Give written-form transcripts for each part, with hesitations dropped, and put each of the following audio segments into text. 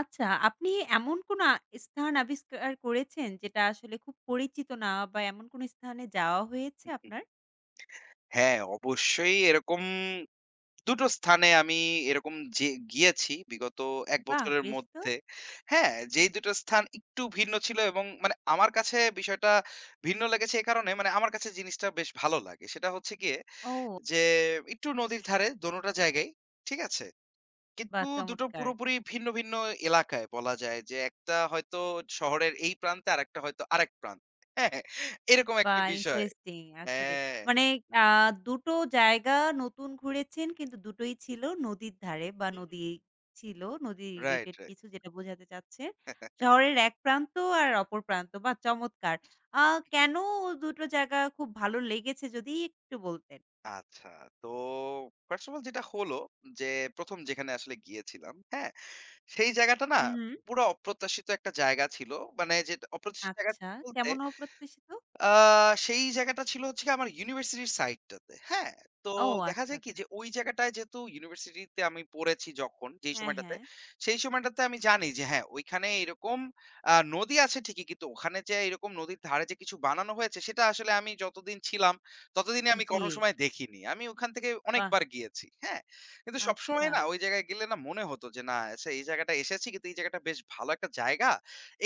আচ্ছা, আপনি এমন কোনো স্থান আবিষ্কার করেছেন যেটা আসলে খুব পরিচিত না বা এমন কোনো স্থানে যাওয়া হয়েছে আপনার? হ্যাঁ, অবশ্যই এরকম ২ টো স্থানে আমি এরকম যে গিয়েছি বিগত ১ বাহ! বছরের বেশ তো। মধ্যে। হ্যাঁ, যেই ২ টো স্থান একটু ভিন্ন ছিল এবং মানে আমার কাছে বিষয়টা ভিন্ন লেগেছে এ কারণে মানে আমার কাছে জিনিসটা বেশ ভালো লাগে। সেটা হচ্ছে গিয়ে ও! যে একটু নদীর ধারে দোনোটা জায়গায়, ঠিক আছে? কিন্তু বাহ! ২ টো চমৎকার। পুরোপুরি ভিন্ন, ভিন্ন এলাকায় বলা যায় যে একটা হয়তো শহরের এই প্রান্তে আরেকটা হয়তো আরেক প্রান্তে। হ্যাঁ, এরকম একটা বাহ! বিষয়। ইন্টারেস্টিং আসলে। হ্যাঁ, মানে আ ২ টো জায়গা নতুন ঘুরেছেন, কিন্তু ২ টোই ছিল নদীর ধারে বা হুম, নদী ছিল, নদী রাইট, রিলেটেড রাইট। কিছু যেটা বোঝাতে চাচ্ছেন। শহরের এক প্রান্ত আর অপর প্রান্ত। বাহ! চমৎকার। আ কেন ২ টো জায়গা খুব ভালো লেগেছে, যদি একটু বলতেন? আচ্ছা, তো ফার্স্ট অফ অল যেটা হলো যে ১ম যেখানে আসলে গিয়েছিলাম, হ্যাঁ? সেই জায়গাটা না হু, হু। পুরা অপ্রত্যাশিত একটা জায়গা ছিল। মানে যে অপ্রত্যাশিত জায়গা আচ্ছা, ছিল বলতে কেমন অপ্রত্যাশিত? আ সেই জায়গাটা ছিল হচ্ছে গিয়ে আমার ইউনিভার্সিটির সাইডটাতে। হ্যাঁ? তো ও দেখা আচ্ছা, যায় কি আচ্ছা। যে ওই জায়গাটায় যেহেতু ইউনিভার্সিটিতে আমি পড়েছি যখন যেই হ্যাঁ, হ্যাঁ। সময়টাতে, সেই সময়টাতে আমি জানি যে হ্যাঁ, ওইখানে এরকম নদী আছে ঠিকই কিন্তু ওখানে যে এরকম নদীর ধারে যে কিছু বানানো হয়েছে সেটা আসলে আমি যতদিন ছিলাম ততদিনে আমি জি, কোনো সময় দেখিনি। আমি ওখান থেকে বাহ! অনেকবার গিয়েছি। হ্যাঁ? কিন্তু সবসময় আচ্ছা। না ওই জায়গায় গেলে না মনে হতো যে না আচ্ছা এই জায়গাটা এসেছি কিন্তু এই জায়গাটা বেশ ভালো একটা জায়গা।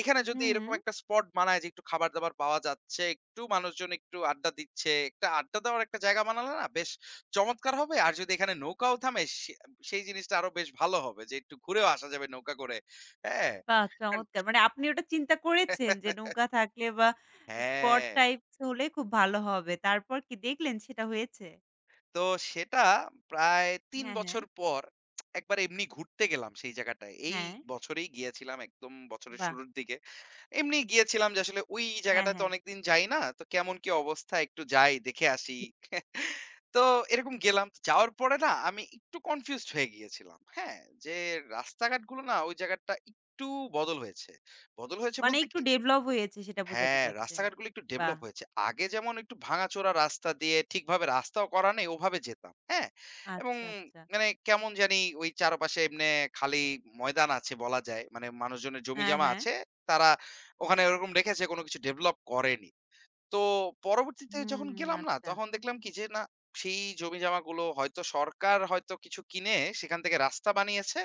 এখানে যদি হুম, এরকম হুম। একটা স্পট বানায় যে একটু খাবার-দাবার পাওয়া যাচ্ছে, একটু মানুষজন একটু আড্ডা দিচ্ছে, একটা আড্ডা দেওয়ার একটা জায়গা বানালে না বেশ চমৎকার হবে। আর যদি এখানে নৌকাও থামে সেই জিনিসটা আরো বেশ ভালো হবে যে একটু ঘুরেও আসা যাবে নৌকা করে। হ্যাঁ? বাহ! চমৎকার। মানে আপনি ওটা চিন্তা করেছেন যে নৌকা থাকলে বা স্পট হ্যাঁ, টাইপস হলে খুব ভালো হবে। তারপর কি দেখলেন, সেটা হয়েছে? তো সেটা প্রায় ৩ হ্যাঁ, হ্যাঁ। বছর পর একবার এমনি ঘুরতে গেলাম সেই জায়গাটায়। এই হ্যাঁ, বছরেই গিয়েছিলাম একদম বছরের বাহ! শুরুর দিকে। এমনি গিয়েছিলাম যে আসলে ওই হ্যাঁ, জায়গাটাতে হ্যাঁ। অনেকদিন যাই না। তো কেমন কি অবস্থা একটু যাই দেখে আসি। জি। তো এরকম গেলাম। তো যাওয়ার পরে না আমি একটু কনফিউজড হয়ে গিয়েছিলাম। হ্যাঁ? যে রাস্তাঘাটগুলো না ওই জায়গাটা একটু বদল হয়েছে। বদল হয়েছে মানে বলতে একটু কি ডেভেলপ হয়েছে সেটা বোঝাতে হ্যাঁ, চাচ্ছেন। রাস্তাঘাটগুলো একটু বাহ! ডেভেলপ হয়েছে। আগে যেমন একটু ভাঙাচোরা রাস্তা দিয়ে ঠিকভাবে রাস্তাও করা নেই, ওভাবে যেতাম। হ্যাঁ? এবং আচ্ছা, আচ্ছা। মানে কেমন জানি ওই চারপাশে এমনে খালি ময়দান আছে বলা যায়। মানে মানুষজনের জমি হ্যাঁ, জমা হ্যাঁ। আছে। তারা ওখানে ওরকম রেখেছে, কোন কিছু ডেভেলপ করেনি। তো পরবর্তীতে হুম, যখন গেলাম না, আচ্ছা। তখন দেখলাম কি যে না সেই জমি জমাগুলো হয়তো সরকার হয়তো কিছু কিনে সেখান থেকে রাস্তা বানিয়েছে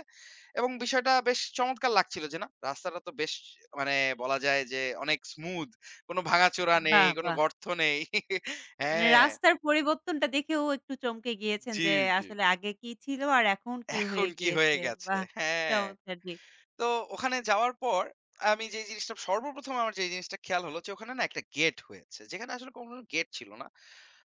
এবং বিষয়টা বেশ চমৎকার লাগছিল যে না রাস্তাটা তো বেশ মানে বলা যায় যে অনেক স্মুথ কোনো ভাঙাচোরা নেই, বাহ! কোনো বাহ! গর্ত নেই। মানে হ্যাঁ। রাস্তার পরিবর্তনটা দেখেও একটু চমকে গিয়েছেন জি, যে জি। আসলে আগে কি ছিল আর এখন কি এখন হয়ে কি হয়ে গিয়েছে। গেছে? বাহ! হ্যাঁ। চমৎকার জি। তো ওখানে যাওয়ার পর আমি যেই জিনিসটা সর্বপ্রথম আমার যে জিনিসটা খেয়াল হলো যে ওখানে না একটা গেট হয়েছে। যেখানে আসলে কোনো গেট ছিল না।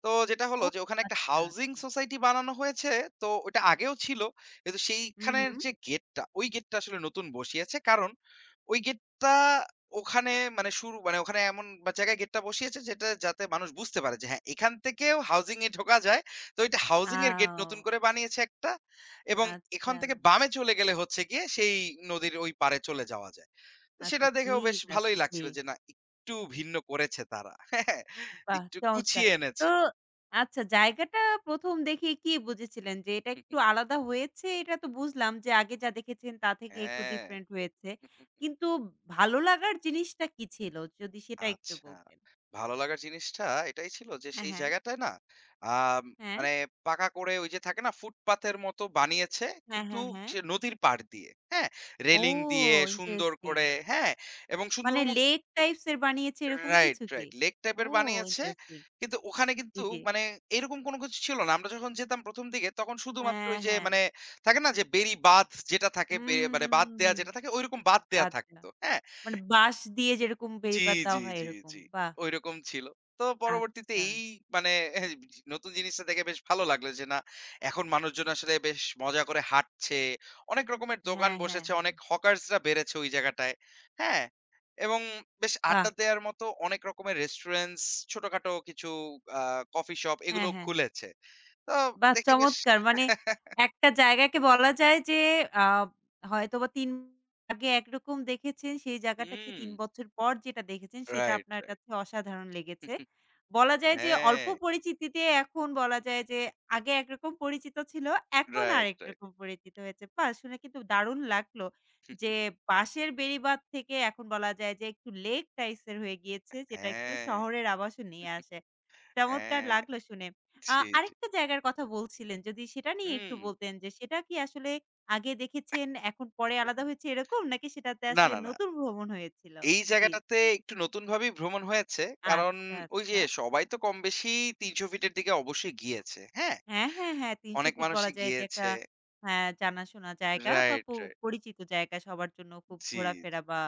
তো যেটা হলো ও যে ওখানে একটা আচ্ছা, হাউজিং আচ্ছা। সোসাইটি বানানো হয়েছে। তো ওটা আগেও ছিল। কিন্তু হুম, সেইখানের হুম। যে গেটটা, ওই গেটটা আসলে নতুন বসিয়েছে। কারণ ওই গেটটা ওখানে মানে শুরু মানে ওখানে এমন বা জায়গায় গেটটা বসিয়েছে যেটা যাতে মানুষ বুঝতে পারে যে হ্যাঁ, এখান থেকেও হাউজিং এ ঢোকা যায়। তো এটা হাউজিং এর গেট আও নতুন করে বানিয়েছে একটা। এবং এখান আচ্ছা, থেকে বামে চলে গেলে হচ্ছে গিয়ে সেই নদীর ওই পাড়ে চলে যাওয়া যায়। তো আচ্ছা সেটা দেখেও বেশ ঠিক আছে ভালোই জি। লাগছিল যে না একটু ভিন্ন করেছে তারা। হ্যাঁ, হ্যাঁ, বাহ! একটু চমৎকার। কুচিয়ে তো এনেছে। আচ্ছা, জায়গাটা ১ম দেখে কি বুঝেছিলেন যে এটা একটু আলাদা হয়েছে? এটা তো বুঝলাম যে আগে যা দেখেছেন তা থেকে একটু হ্যাঁ। ডিফারেন্ট হয়েছে। কিন্তু ভালো লাগার জিনিসটা কি ছিল? যদি সেটা একটু আচ্ছা। বলতেন। ভালো লাগার জিনিসটা এটাই ছিল যে হ্যাঁ, সেই হ্যাঁ। জায়গাটায় না আম হ্যাঁ। মানে পাকা করে ওই যে থাকে না ফুটপাতের মতো বানিয়েছে হ্যাঁ, কিন্তু হ্যাঁ, হ্যাঁ। সে নদীর পাড় দিয়ে। হ্যাঁ? ও রেলিং দিয়ে সুন্দর ইন্টারেস্টিং। করে হ্যাঁ? এবং সুন্দর মানে মত লেক টাইপস এর বানিয়েছে এরকম রাইট, কিছু কি? রাইট। লেক ও টাইপের বানিয়েছে। ইন্টারেস্টিং। কিন্তু ওখানে জি, কিন্তু জি। মানে এরকম কোন কিছু ছিল না। আমরা যখন যেতাম ১ম দিকে তখন শুধুমাত্র হ্যাঁ, ওই যে হ্যাঁ। মানে থাকে না যে বেড়ি বাঁধ যেটা থাকে হুম, বে হুম, মানে হুম, বাঁধ হুম, দেয়া হুম। যেটা থাকে ঐরকম বাঁধ দেয়া আচ্ছা। থাকতো। হ্যাঁ? মানে বাঁশ দিয়ে যেরকম জি, বেড়িবাঁধ জি, দেওয়া হয় জি, এরকম। জি। বাহ! ঐরকম ছিল। তো পরবর্তীতে আচ্ছা। এই মানে নতুন জিনিসটা দেখে বেশ ভালো লাগলো যে না এখন মানুষজন আসলে বেশ মজা করে হাঁটছে। অনেক রকমের দোকান হ্যাঁ, হ্যাঁ, বসেছে, হ্যাঁ। অনেক হকার্সরা বেড়েছে ওই জায়গাটায়। হ্যাঁ? এবং বেশ বাহ! আড্ডা দেওয়ার মতো অনেক রকমের রেস্টুরেন্টস, ছোটখাটো কিছু আ কফি শপ হ্যাঁ, এগুলো হ্যাঁ। খুলেছে। তো বাহ! দেখে বেশ চমৎকার। মানে একটা জায়গাকে বলা যায় যে আ হয়তোবা ৩ আগে একরকম দেখেছেন, সেই জায়গাটাকে হুম, ৩ বছর পর যেটা দেখেছেন সেটা রাইট, আপনার রাইট। কাছে অসাধারণ লেগেছে। বলা যায় যে অল্প হ্যাঁ, পরিচিতিতে এখন বলা যায় যে আগে একরকম পরিচিত ছিল, এখন রাইট, আরেক রাইট। রকম পরিচিত হয়েছে। বাহ! শুনে কিন্তু দারুণ লাগলো যে বাঁশের বেড়িবাঁধ থেকে এখন বলা যায় যে একটু লেক টাইপস এর হয়ে গিয়েছে, যেটা একটু হ্যাঁ, শহরের আভাসও নিয়ে আসে। চমৎকার হ্যাঁ। লাগলো শুনে। জি, জি। আরেকটা জায়গার কথা বলছিলেন, যদি সেটা নিয়ে একটু হুম। বলতেন যে সেটা কি আসলে আগে দেখেছেন, এখন পরে আলাদা হয়েছে এরকম? নাকি সেটাতে না, আসলে না, না। নতুন ভ্রমণ হয়েছিল? এই জি। জায়গাটাতে একটু নতুনভাবেই ভ্রমণ হয়েছে। কারণ আচ্ছা, ওই যে আচ্ছা। সবাই তো কমবেশি ৩০০ ফিটের দিকে অবশ্যই গিয়েছে। হ্যাঁ? হ্যাঁ, হ্যাঁ, হ্যাঁ। ৩০০ অনেক ফিট বলা মানুষই যায় যে একটা গিয়েছে। হ্যাঁ, জানাশোনা জায়গা বা রাইট, রাইট। পরিচিত জায়গা সবার জন্য খুব জি, জি। ঘোরাফেরা বা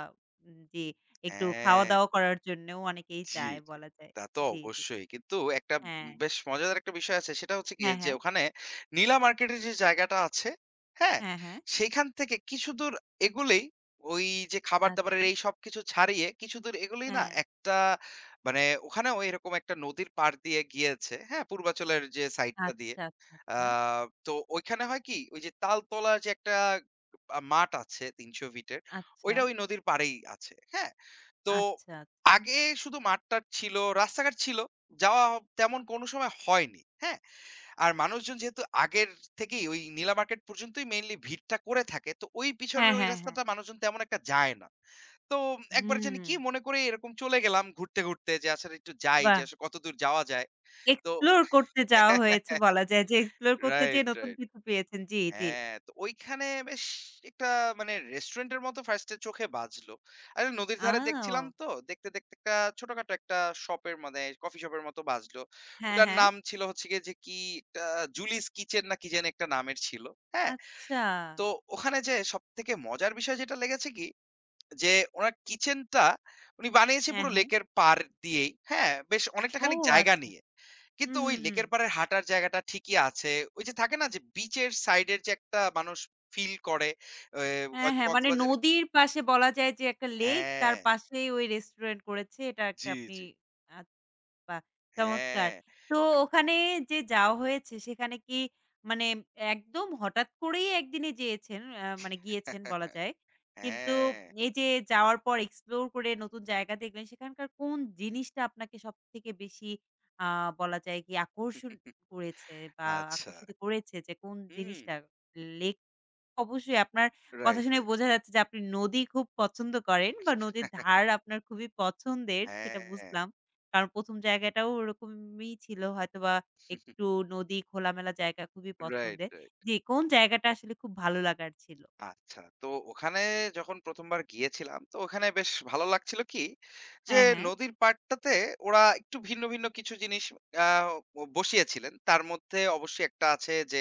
জি, একটু হ্যাঁ। খাওয়া-দাওয়া করার জন্যও অনেকেই জি, যায় জি। বলা যায়। তা তো জি, জি। অবশ্যই। কিন্তু একটা হ্যাঁ। বেশ মজাদার একটা বিষয় আছে। সেটা হচ্ছে গিয়ে হ্যাঁ, যে হ্যাঁ। ওখানে নীলা মার্কেটের যে জায়গাটা আছে, হ্যাঁ? হ্যাঁ, হ্যাঁ। সেখান থেকে কিছুদূর এগুলেই ওই যে খাবার-দাবারের আচ্ছা। এই সবকিছু ছাড়িয়ে কিছুদূর এগুলেই না হ্যাঁ। একটা মানে ওখানেও এরকম একটা নদীর পাড় দিয়ে গিয়েছে, হ্যাঁ? পূর্বাচলের যে সাইডটা দিয়ে। আচ্ছা, আচ্ছা, আ আচ্ছা। তো ওইখানে হয় কি? ওই যে তালতলা যে একটা মাঠ আছে ৩০০ ফিটের, আচ্ছা, ওইটা ওই নদীর পাড়েই আছে, হ্যাঁ? তো আচ্ছা। আগে শুধু মাঠ-টাঠ ছিল, রাস্তাঘাট ছিল। যাওয়া তেমন কোনো সময় হয়নি। হ্যাঁ? আর মানুষজন যেহেতু আগের থেকেই ওই নীলা মার্কেট পর্যন্তই মেইনলি ভিড়টা করে থাকে। তো ওই হ্যাঁ, পিছনের ওই হ্যাঁ, হ্যাঁ। রাস্তাটা মানুষজন তেমন একটা যায় না। তো একবার জানি হুম, কি মনে করে এরকম চলে গেলাম ঘুরতে, ঘুরতে যে আসলে একটু যাই যে বাহ! আসলে কতদূর যাওয়া যায়। তো এক্সপ্লোর করতে যাওয়া হয়েছে বলা যায় যে এক্সপ্লোর করতে রাইট, যেয়ে নতুন রাইট। কিছু পেয়েছেন। জি, জি। হ্যাঁ, তো ওইখানে বেশ একটা মানে রেস্টুরেন্টের মতো ফার্স্ট এ চোখে বাজলো। আর নদীর ধারে দেখছিলাম আও! তো, দেখতে, দেখতে একটা ছোটখাটো একটা শপের মানে কফি শপের মতো বাজলো। হ্যাঁ, ওটার হ্যাঁ। নাম ছিল হচ্ছে গিয়ে যে কি একটা জুলিস কিচেন না কি জানি একটা নামের ছিল। হ্যাঁ? আচ্ছা। তো ওখানে যেয়ে সবথেকে মজার বিষয় যেটা লেগেছে কি যে উনার কিচেনটা উনি বানিয়েছে হ্যাঁ, পুরো হ্যাঁ। লেকের পাড় দিয়েই। হ্যাঁ? বেশ অনেকটা ও খানিক জায়গা আচ্ছা। নিয়ে। কিন্তু হুম, ওই হুম, হুম। লেকের পাড়ের হাঁটার জায়গাটা ঠিকই আছে। ওই যে থাকে না যে বিচের সাইডের যে একটা মানুষ ফিল করে এ হ্যাঁ, হয়তো হ্যাঁ। মানে কক্সবাজারে নদীর পাশে বলা যায় যে একটা লেক, তার হ্যাঁ, পাশেই ওই রেস্টুরেন্ট করেছে। এটা একটা জি, আপনি জি। আ বাহ! চমৎকার। হ্যাঁ। তো ওখানে যে যাওয়া হয়েছে সেখানে কি মানে একদম হঠাৎ করেই একদিনে যেয়েছেন, মানে গিয়েছেন বলা যায়। কিন্তু হ্যাঁ, এই যে যাওয়ার পর এক্সপ্লোর করে নতুন জায়গা দেখলেন, সেখানকার কোন জিনিসটা আপনাকে সবথেকে বেশি আ বলা যায় কি আকর্ষণ করেছে বা আচ্ছা। আকর্ষিত করেছে, যে কোন হুম। জিনিসটা? লেক অবশ্যই আপনার কথা রাইট, শুনে রাইট। বোঝা যাচ্ছে যে আপনি নদী খুব পছন্দ করেন বা নদীর ধার আপনার খুবই পছন্দের, সেটা হ্যাঁ, বুঝলাম। কারণ ১ম জায়গাটাও ওরকমই ছিল হয়তোবা, একটু নদী, খোলামেলা জায়গা খুবই রাইট, পছন্দের। রাইট। জি, কোন জায়গাটা আসলে খুব ভালো লাগার ছিল? আচ্ছা। তো ওখানে যখন ১ম বার গিয়েছিলাম, তো ওখানে বেশ ভালো লাগছিল কি যে, হ্যাঁ, হ্যাঁ। নদীর পাড়টাতে ওরা একটু ভিন্ন, ভিন্ন কিছু জিনিস আ ও বসিয়েছিলেন। তার মধ্যে অবশ্যই একটা আছে যে,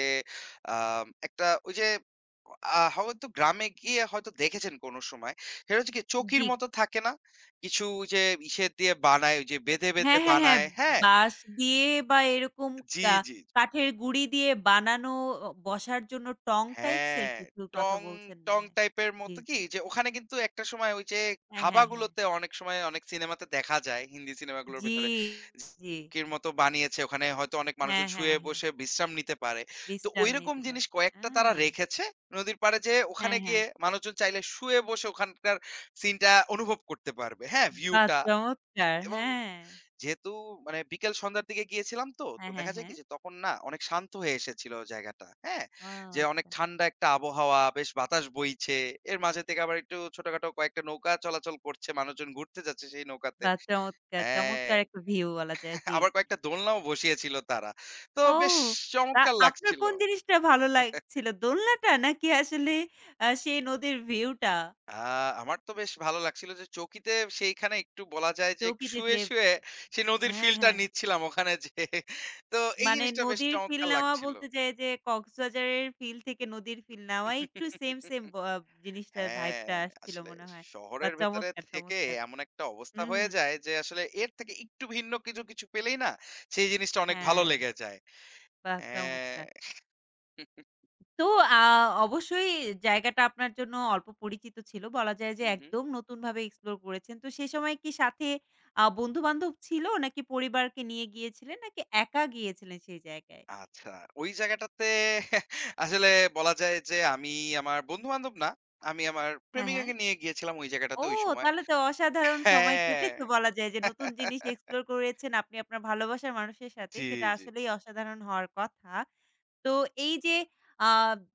একটা ওই যে হয়তো গ্রামে গিয়ে হয়তো দেখেছেন কোনো সময়। সেটা হচ্ছে কি চৌকির জি। মতো থাকে না? কিছু ওই যে ইসের দিয়ে বানায়, ওই যে বেঁধে, বেঁধে হ্যাঁ, হ্যাঁ, হ্যাঁ। বানায়। হ্যাঁ? বাঁশ দিয়ে বা এরকম জি, কা জি, জি। কাঠের গুঁড়ি দিয়ে বানানো বসার জন্য টং টাইপস এর হ্যাঁ, কিছুর কথা টং, বলছেন মনে টং হয়। টাইপের জি। মতো কি যে ওখানে কিন্তু একটা সময় ওই যে হ্যাঁ, হ্যাঁ, হ্যাঁ। ধাবাগুলোতে অনেক সময় অনেক সিনেমাতে দেখা যায় হিন্দি সিনেমাগুলোর জি, ভেতরে জি। কির মতো বানিয়েছে ওখানে হয়তো অনেক হ্যাঁ, মানুষজন হ্যাঁ, শুয়ে হ্যাঁ। বসে বিশ্রাম নিতে পারে। তো বিশ্রাম ঐরকম নিতে পারে। জিনিস আ কয়েকটা তারা রেখেছে। নদীর পাড়ে যেয়ে ওখানে হ্যাঁ, হ্যাঁ। গিয়ে মানুষজন চাইলে শুয়ে বসে ওখানকার সিনটা অনুভব করতে পারবে। হ্যাঁ, বাহ! ভিউটা চমৎকার। এবং হ্যাঁ। যেহেতু মানে বিকেল সন্ধ্যার দিকে গিয়েছিলাম তো, তো হ্যাঁ, হ্যাঁ, দেখা যায় হ্যাঁ। কি যে তখন না অনেক শান্ত হয়ে এসেছিল জায়গাটা। হ্যাঁ? ও যে অনেক আচ্ছা। ঠান্ডা একটা আবহাওয়া, বেশ বাতাস বইছে। এর মাঝে থেকে আবার একটু ছোটখাটো কয়েকটা নৌকা চলাচল করছে, মানুষজন ঘুরতে যাচ্ছে সেই নৌকাতে। বাহ! চমৎকার, হ্যাঁ, চমৎকার একটা ভিউ বলা যায়। জি। আবার কয়েকটা দোলনাও বসিয়েছিল তারা। তো ও! বেশ তা চমৎকার আপনার লাগছিল। কোন জিনিসটা ভালো লাগছিল? দোলনাটা নাকি আসলে সেই নদীর ভিউটা? আ আমার তো বেশ ভালো লাগছিল যে চৌকিতে সেইখানে একটু বলা যায় যে একটু চৌকিতে শুয়ে, যে শুয়ে সেই নদীর হ্যাঁ, ফিলটা হ্যাঁ। নিচ্ছিলাম ওখানে যেয়ে। তো এই মানে জিনিসটা বেশ নদীর ফিল চমৎকার নেওয়া লাগছিল। বলতে চাই যে কক্সবাজারের ফিল থেকে নদীর ফিল নেওয়া একটু সেম, সেম জিনিসটার হ্যাঁ, ভাইবটা আসছিল আসলে মনে হয়। বাহ! শহরের ভেতরে চমৎকার, থেকে চমৎকার। এমন একটা অবস্থা হুম, হয়ে হুম। যায় যে আসলে এর থেকে একটু ভিন্ন কিছু, কিছু পেলেই না সেই জিনিসটা অনেক ভালো হ্যাঁ, লেগে যায়। বাহ! হ্যাঁ। চমৎকার। তো আ অবশ্যই জায়গাটা আপনার জন্য অল্প পরিচিত ছিল। বলা যায় যে হুম, হুম। একদম নতুনভাবে এক্সপ্লোর করেছেন। তো সে সময় কি সাথে বন্ধু-বান্ধব ছিল? নাকি পরিবারকে নিয়ে গিয়েছিলেন? নাকি একা গিয়েছিলেন সেই জায়গায়? আচ্ছা, ওই জায়গাটাতে আসলে বলা যায় যে আমি আমার বন্ধু-বান্ধব না, আমি আমার হ্যাঁ, হ্যাঁ। প্রেমিকাকে নিয়ে গিয়েছিলাম ওই ও! জায়গাটাতে ওই সময়। তাহলে তো অসাধারণ সময় হ্যাঁ। কেটেছে বলা যায় যে নতুন জিনিস এক্সপ্লোর করেছেন আপনি আপনার ভালোবাসার মানুষের সাথে। জি, সেটা জি। আসলেই অসাধারণ হওয়ার কথা। তো এই যে আ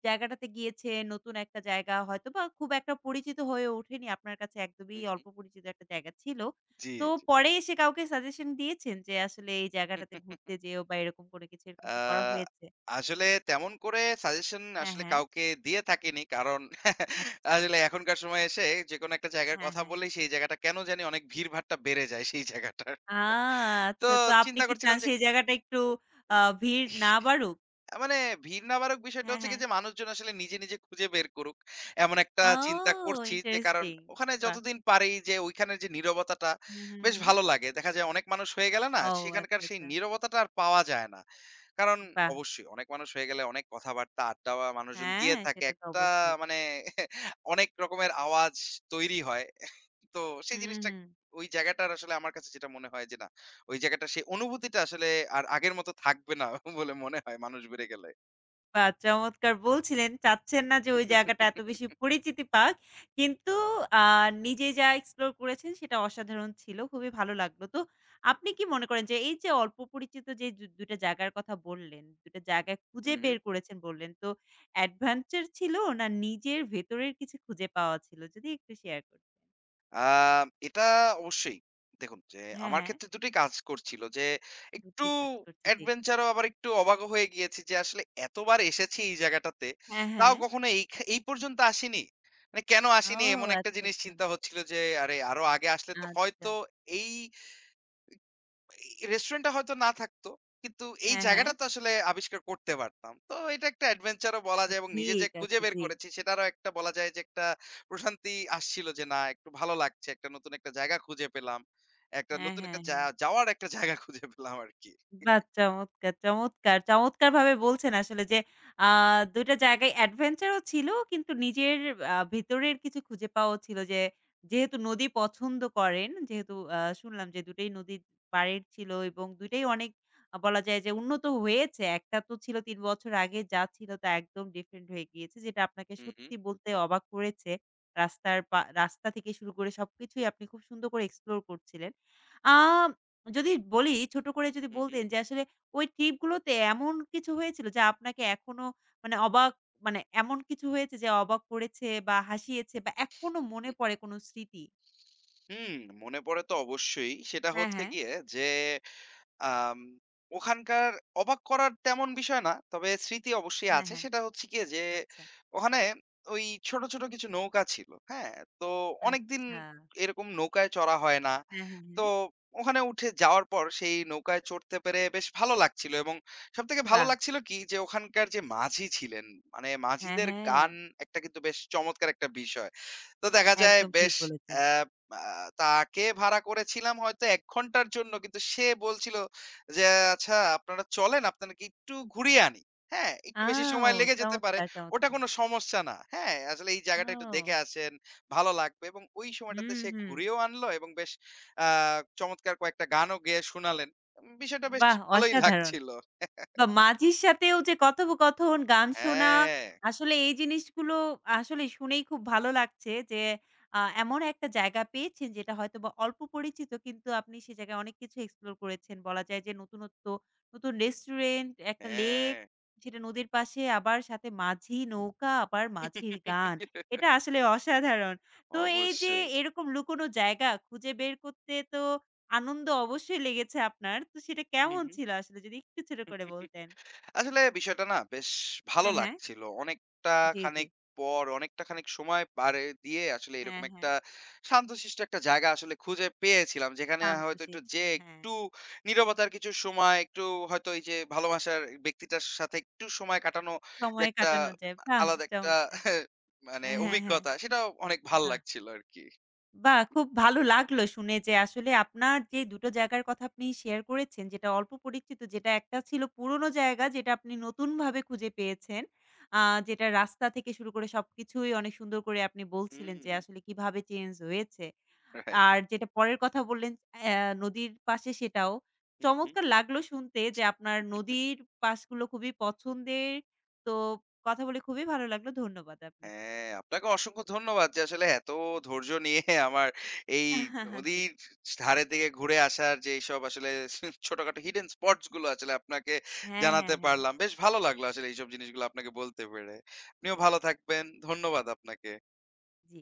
জায়গাটাতে গিয়েছেন, নতুন একটা জায়গা হয়তোবা খুব একটা পরিচিত হয়ে ওঠেনি। আপনার কাছে একদমই হুম, অল্প হুম। পরিচিত একটা জায়গা ছিল। জি, তো পরে এসে কাউকে সাজেশন দিয়েছেন যে আসলে এই জায়গাটাতে জি। ঘুরতে যেও বা এরকম করে কিছু, এরকম আ কি করা হয়েছে? আসলে তেমন করে সাজেশন হ্যাঁ, আসলে হ্যাঁ। কাউকে দিয়ে থাকিনি। কারণ আচ্ছা। আসলে এখনকার সময়ে এসে যেকোনো একটা জায়গার হ্যাঁ, কথা হ্যাঁ। বললেই সেই জায়গাটা কেন জানি অনেক ভিড়ভাট্টা বেড়ে যায় সেই জায়গাটার। আ তো আচ্ছা। তো আপনি চিন্তা কি চান করছিলাম যে সেই জায়গাটা একটু আ ভিড় না বাড়ুক? মানে ভিড় না বাড়ুক বিষয়টা হ্যাঁ, হচ্ছে কি হ্যাঁ। যে মানুষজন আসলে নিজে, নিজে খুঁজে বের করুক। এমন একটা ও! চিন্তা করছি যে কারণ ইন্টারেস্টিং। ওখানে বাহ! যতদিন পারি যে ওইখানের যে নীরবতাটা হুম, হুম, বেশ হুম। ভালো লাগে। দেখা যায় অনেক মানুষ হয়ে গেলে না ও সেখানকার আচ্ছা, সেই আচ্ছা। নীরবতাটা আর পাওয়া যায় না। কারণ বাহ! অবশ্যই অনেক মানুষ হয়ে গেলে অনেক কথাবার্তা, আড্ডা বা মানুষজন দিয়ে হ্যাঁ, থাকে। সেটা তো একটা অবশ্যই। মানে অনেক রকমের আওয়াজ তৈরি হয়। তো সেই হুম, জিনিসটা হুম। ওই জায়গাটার আসলে আমার কাছে যেটা মনে হয় যে না, ওই জায়গাটা সেই অনুভূতিটা আসলে আর আগের মত থাকবে না বলে মনে হয় মানুষ বেড়ে গেলে। বাহ! চমৎকার, বলছিলেন চাচ্ছেন না যে ওই জায়গাটা এত বেশি পরিচিতি পাক। কিন্তু আ নিজে যা এক্সপ্লোর করেছেন সেটা অসাধারণ ছিল। খুবই ভালো লাগলো। তো আপনি কি মনে করেন যে এই যে অল্প পরিচিত যে ২ টা জায়গার কথা বললেন, ২ টা জায়গা খুঁজে উহু। বের করেছেন বললেন। তো অ্যাডভেঞ্চার ছিল না নিজের ভেতরের কিছু খুঁজে পাওয়া ছিল? যদি একটু শেয়ার করতেন। আ এটা অবশ্যই। দেখুন যে হ্যাঁ, আমার হ্যাঁ। ক্ষেত্রে ২ টি কাজ করছিল যে ২ একটু টিই কাজ করছে জি। অ্যাডভেঞ্চার ও আবার একটু অবাকও হয়ে গিয়েছি যে আসলে এতবার এসেছি এই জায়গাটাতে। হ্যাঁ, তাও হ্যাঁ। কখনো এই খা এই পর্যন্ত আসিনি। মানে কেন ও আসিনি এমন একটা আচ্ছা, জিনিস আচ্ছা। চিন্তা হচ্ছিল যে আরে আরো আগে আসলে তো আচ্ছা। হয়তো এই এই রেস্টুরেন্টটা হয়তো না থাকতো। কিন্তু এই হ্যাঁ, হ্যাঁ। জায়গাটা তো আসলে আবিষ্কার করতে পারতাম। তো এটা একটা অ্যাডভেঞ্চার ও বলা তো যায় এবং নিজে যে ঠিক খুঁজে আছে। বের জি। করেছি সেটারও একটা বলা যায় যে একটা প্রশান্তি আসছিল যে না একটু ভালো লাগছে। একটা নতুন একটা জায়গা খুঁজে পেলাম। একটা হ্যাঁ, নতুন হ্যাঁ, একটা জা হ্যাঁ। যাওয়ার একটা জায়গা খুঁজে পেলাম আরকি। বাহ! চমৎকার, চমৎকার! চমৎকারভাবে বলছেন আসলে যে আ ২ টা জায়গায় অ্যাডভেঞ্চার ও ছিল কিন্তু নিজের ভেতরের কিছু খুঁজে পাওয়াও ছিল যে, যেহেতু নদী পছন্দ করেন, যেহেতু শুনলাম যে ২ টাই নদীর পাড়ের ছিল এবং ২ টাই অনেক বলা যায় যে উন্নত হয়েছে। একটা তো ছিল ৩ বছর আগে, যা ছিল তা একদম ডিফারেন্ট হয়ে গিয়েছে। যেটা আপনাকে হু, হু, সত্যি বলতে অবাক করেছে। রাস্তা থেকে শুরু করে সবকিছুই আপনি খুব সুন্দর করে এক্সপ্লোর করছিলেন। আ যদি বলি, ছোট করে যদি হু, হু। বলতেন যে আসলে ওই ট্রিপগুলোতে এমন কিছু হয়েছিল যা আপনাকে এখনো মানে অবাক মানে এমন কিছু হয়েছে যে অবাক করেছে বা হাসিয়েছে বা এখনো মনে হুম, পড়ে কোনো স্মৃতি? হুম হুম, মনে পড়ে তো অবশ্যই। সেটা হ্যাঁ, হচ্ছে হ্যাঁ। গিয়ে যে আম ওখানকার অবাক করার তেমন বিষয় না। তবে স্মৃতি অবশ্যই হ্যাঁ, আছে। হ্যাঁ। সেটা হচ্ছে গিয়ে যে, আচ্ছা, ওখানে ওই ছোট, ছোট কিছু নৌকা ছিল। হ্যাঁ? তো অনেকদিন আচ্ছা। এরকম নৌকায় চড়া হয় না। হ্যাঁ, হ্যাঁ, তো হ্যাঁ। ওখানে উঠে যাওয়ার পর সেই নৌকায় চড়তে পেরে বেশ ভালো লাগছিল এবং সবথেকে ভালো বাহ! লাগছিল কি যে, ওখানকার যে মাঝি ছিলেন, মানে হ্যাঁ, মাঝিদের হ্যাঁ। গান একটা কিন্তু বেশ চমৎকার একটা বিষয়। তো দেখা যায় একদম ঠিক বেশ বলেছেন। অ্যা আ তাকে ভাড়া করেছিলাম হয়তো ১ ঘন্টার জন্য। কিন্তু সে বলছিল যে, "আচ্ছা আপনারা চলেন, আপনাদেরকে একটু ঘুরিয়ে আনি।" হ্যাঁ? একটু বেশি আও সময় লেগে যেতে পারে। চমৎকার, ওটা চমৎকার। কোনো সমস্যা না। হ্যাঁ? আসলে এই জায়গাটা একটু দেখে ও! আসেন, ভালো লাগবে এবং ওই সময়টাতে হুম, সে হুম। ঘুরিয়েও আনলো এবং বেশ আ চমৎকার কয়েকটা গানও গেয়ে শোনালেন। বিষয়টা বেশ বাহ! ভালোই অসাধারণ। লাগছিল। বা মাঝির সাথেও যে কথোপকথন, গান শোনা, হ্যাঁ, আসলে এই জিনিসগুলো আসলে শুনেই খুব ভালো লাগছে যে এমন একটা জায়গা পেয়েছেন যেটা হয়তোবা অল্প পরিচিত, কিন্তু আপনি সে জায়গায় অনেক কিছু এক্সপ্লোর করেছেন। বলা যায় যে নতুনত্ব, নতুন রেস্টুরেন্ট, একটা লেক, হ্যাঁ। সেটা নদীর পাশে, আবার সাথে মাঝি নৌকা, আবার মাঝির গান। এটা আসলে অসাধারণ। তো এই যে অবশ্যই। এরকম লুকোনো জায়গা খুঁজে বের করতে তো আনন্দ অবশ্যই লেগেছে আপনার। তো সেটা হু, কেমন হু। ছিল আসলে, যদি একটু ছোট করে বলতেন? আসলে বিষয়টা না বেশ ভালো হ্যাঁ, হ্যাঁ। লাগছিল। অনেকটা জি, জি। খানিক পর, অনেকটা খানিক সময় পাড়ে দিয়ে আসলে এরকম হ্যাঁ, হ্যাঁ। একটা শান্তশিষ্ট একটা জায়গা আসলে খুঁজে পেয়েছিলাম। যেখানে হয়তো একটু শান্তশিষ্ট যেয়ে হ্যাঁ। একটু নীরবতার কিছু সময়, একটু হয়তো এই যে ভালোবাসার ব্যক্তিটার সাথে একটু সময় কাটানো যে সময় একটা কাটানো যায়। বাহ! আলাদা একটা চমৎকার। মানে হ্যাঁ, হ্যাঁ, হ্যাঁ। অভিজ্ঞতা, সেটাও অনেক ভাল বাহ! লাগছিল আরকি। বাহ! খুব ভালো লাগলো শুনে যে আসলে আপনার যে ২ টো জায়গার কথা আপনি শেয়ার করেছেন যেটা অল্প পরিচিত, যেটা একটা ছিল পুরনো জায়গা যেটা আপনি নতুনভাবে খুঁজে পেয়েছেন। আ যেটা রাস্তা থেকে শুরু করে সবকিছুই অনেক সুন্দর করে আপনি বলছিলেন হুম, যে আসলে কিভাবে চেঞ্জ হয়েছে। রাইট। আর যেটা পরের কথা বললেন, অ্যা নদীর পাশে সেটাও। হু, চমৎকার লাগলো শুনতে যে আপনার হু। নদীর পাশগুলো খুবই পছন্দের। তো কথা বলে খুবই ভালো লাগলো। ধন্যবাদ আপনাকে। হ্যাঁ, আপনাকে অসংখ্য ধন্যবাদ যে আসলে এত ধৈর্য নিয়ে আমার এই হ্যাঁ, হ্যাঁ, জি। নদীর ধারের দিকে ঘুরে আসার যে এইসব আসলে ছোটখাটো হিডেন স্পটস গুলো আসলে আপনাকে হ্যাঁ, হ্যাঁ, জানাতে হ্যাঁ। পারলাম। বেশ ভালো লাগলো আসলে এইসব জিনিসগুলো আপনাকে বলতে পেরে। আপনিও ভালো থাকবেন। ধন্যবাদ আপনাকে। জি।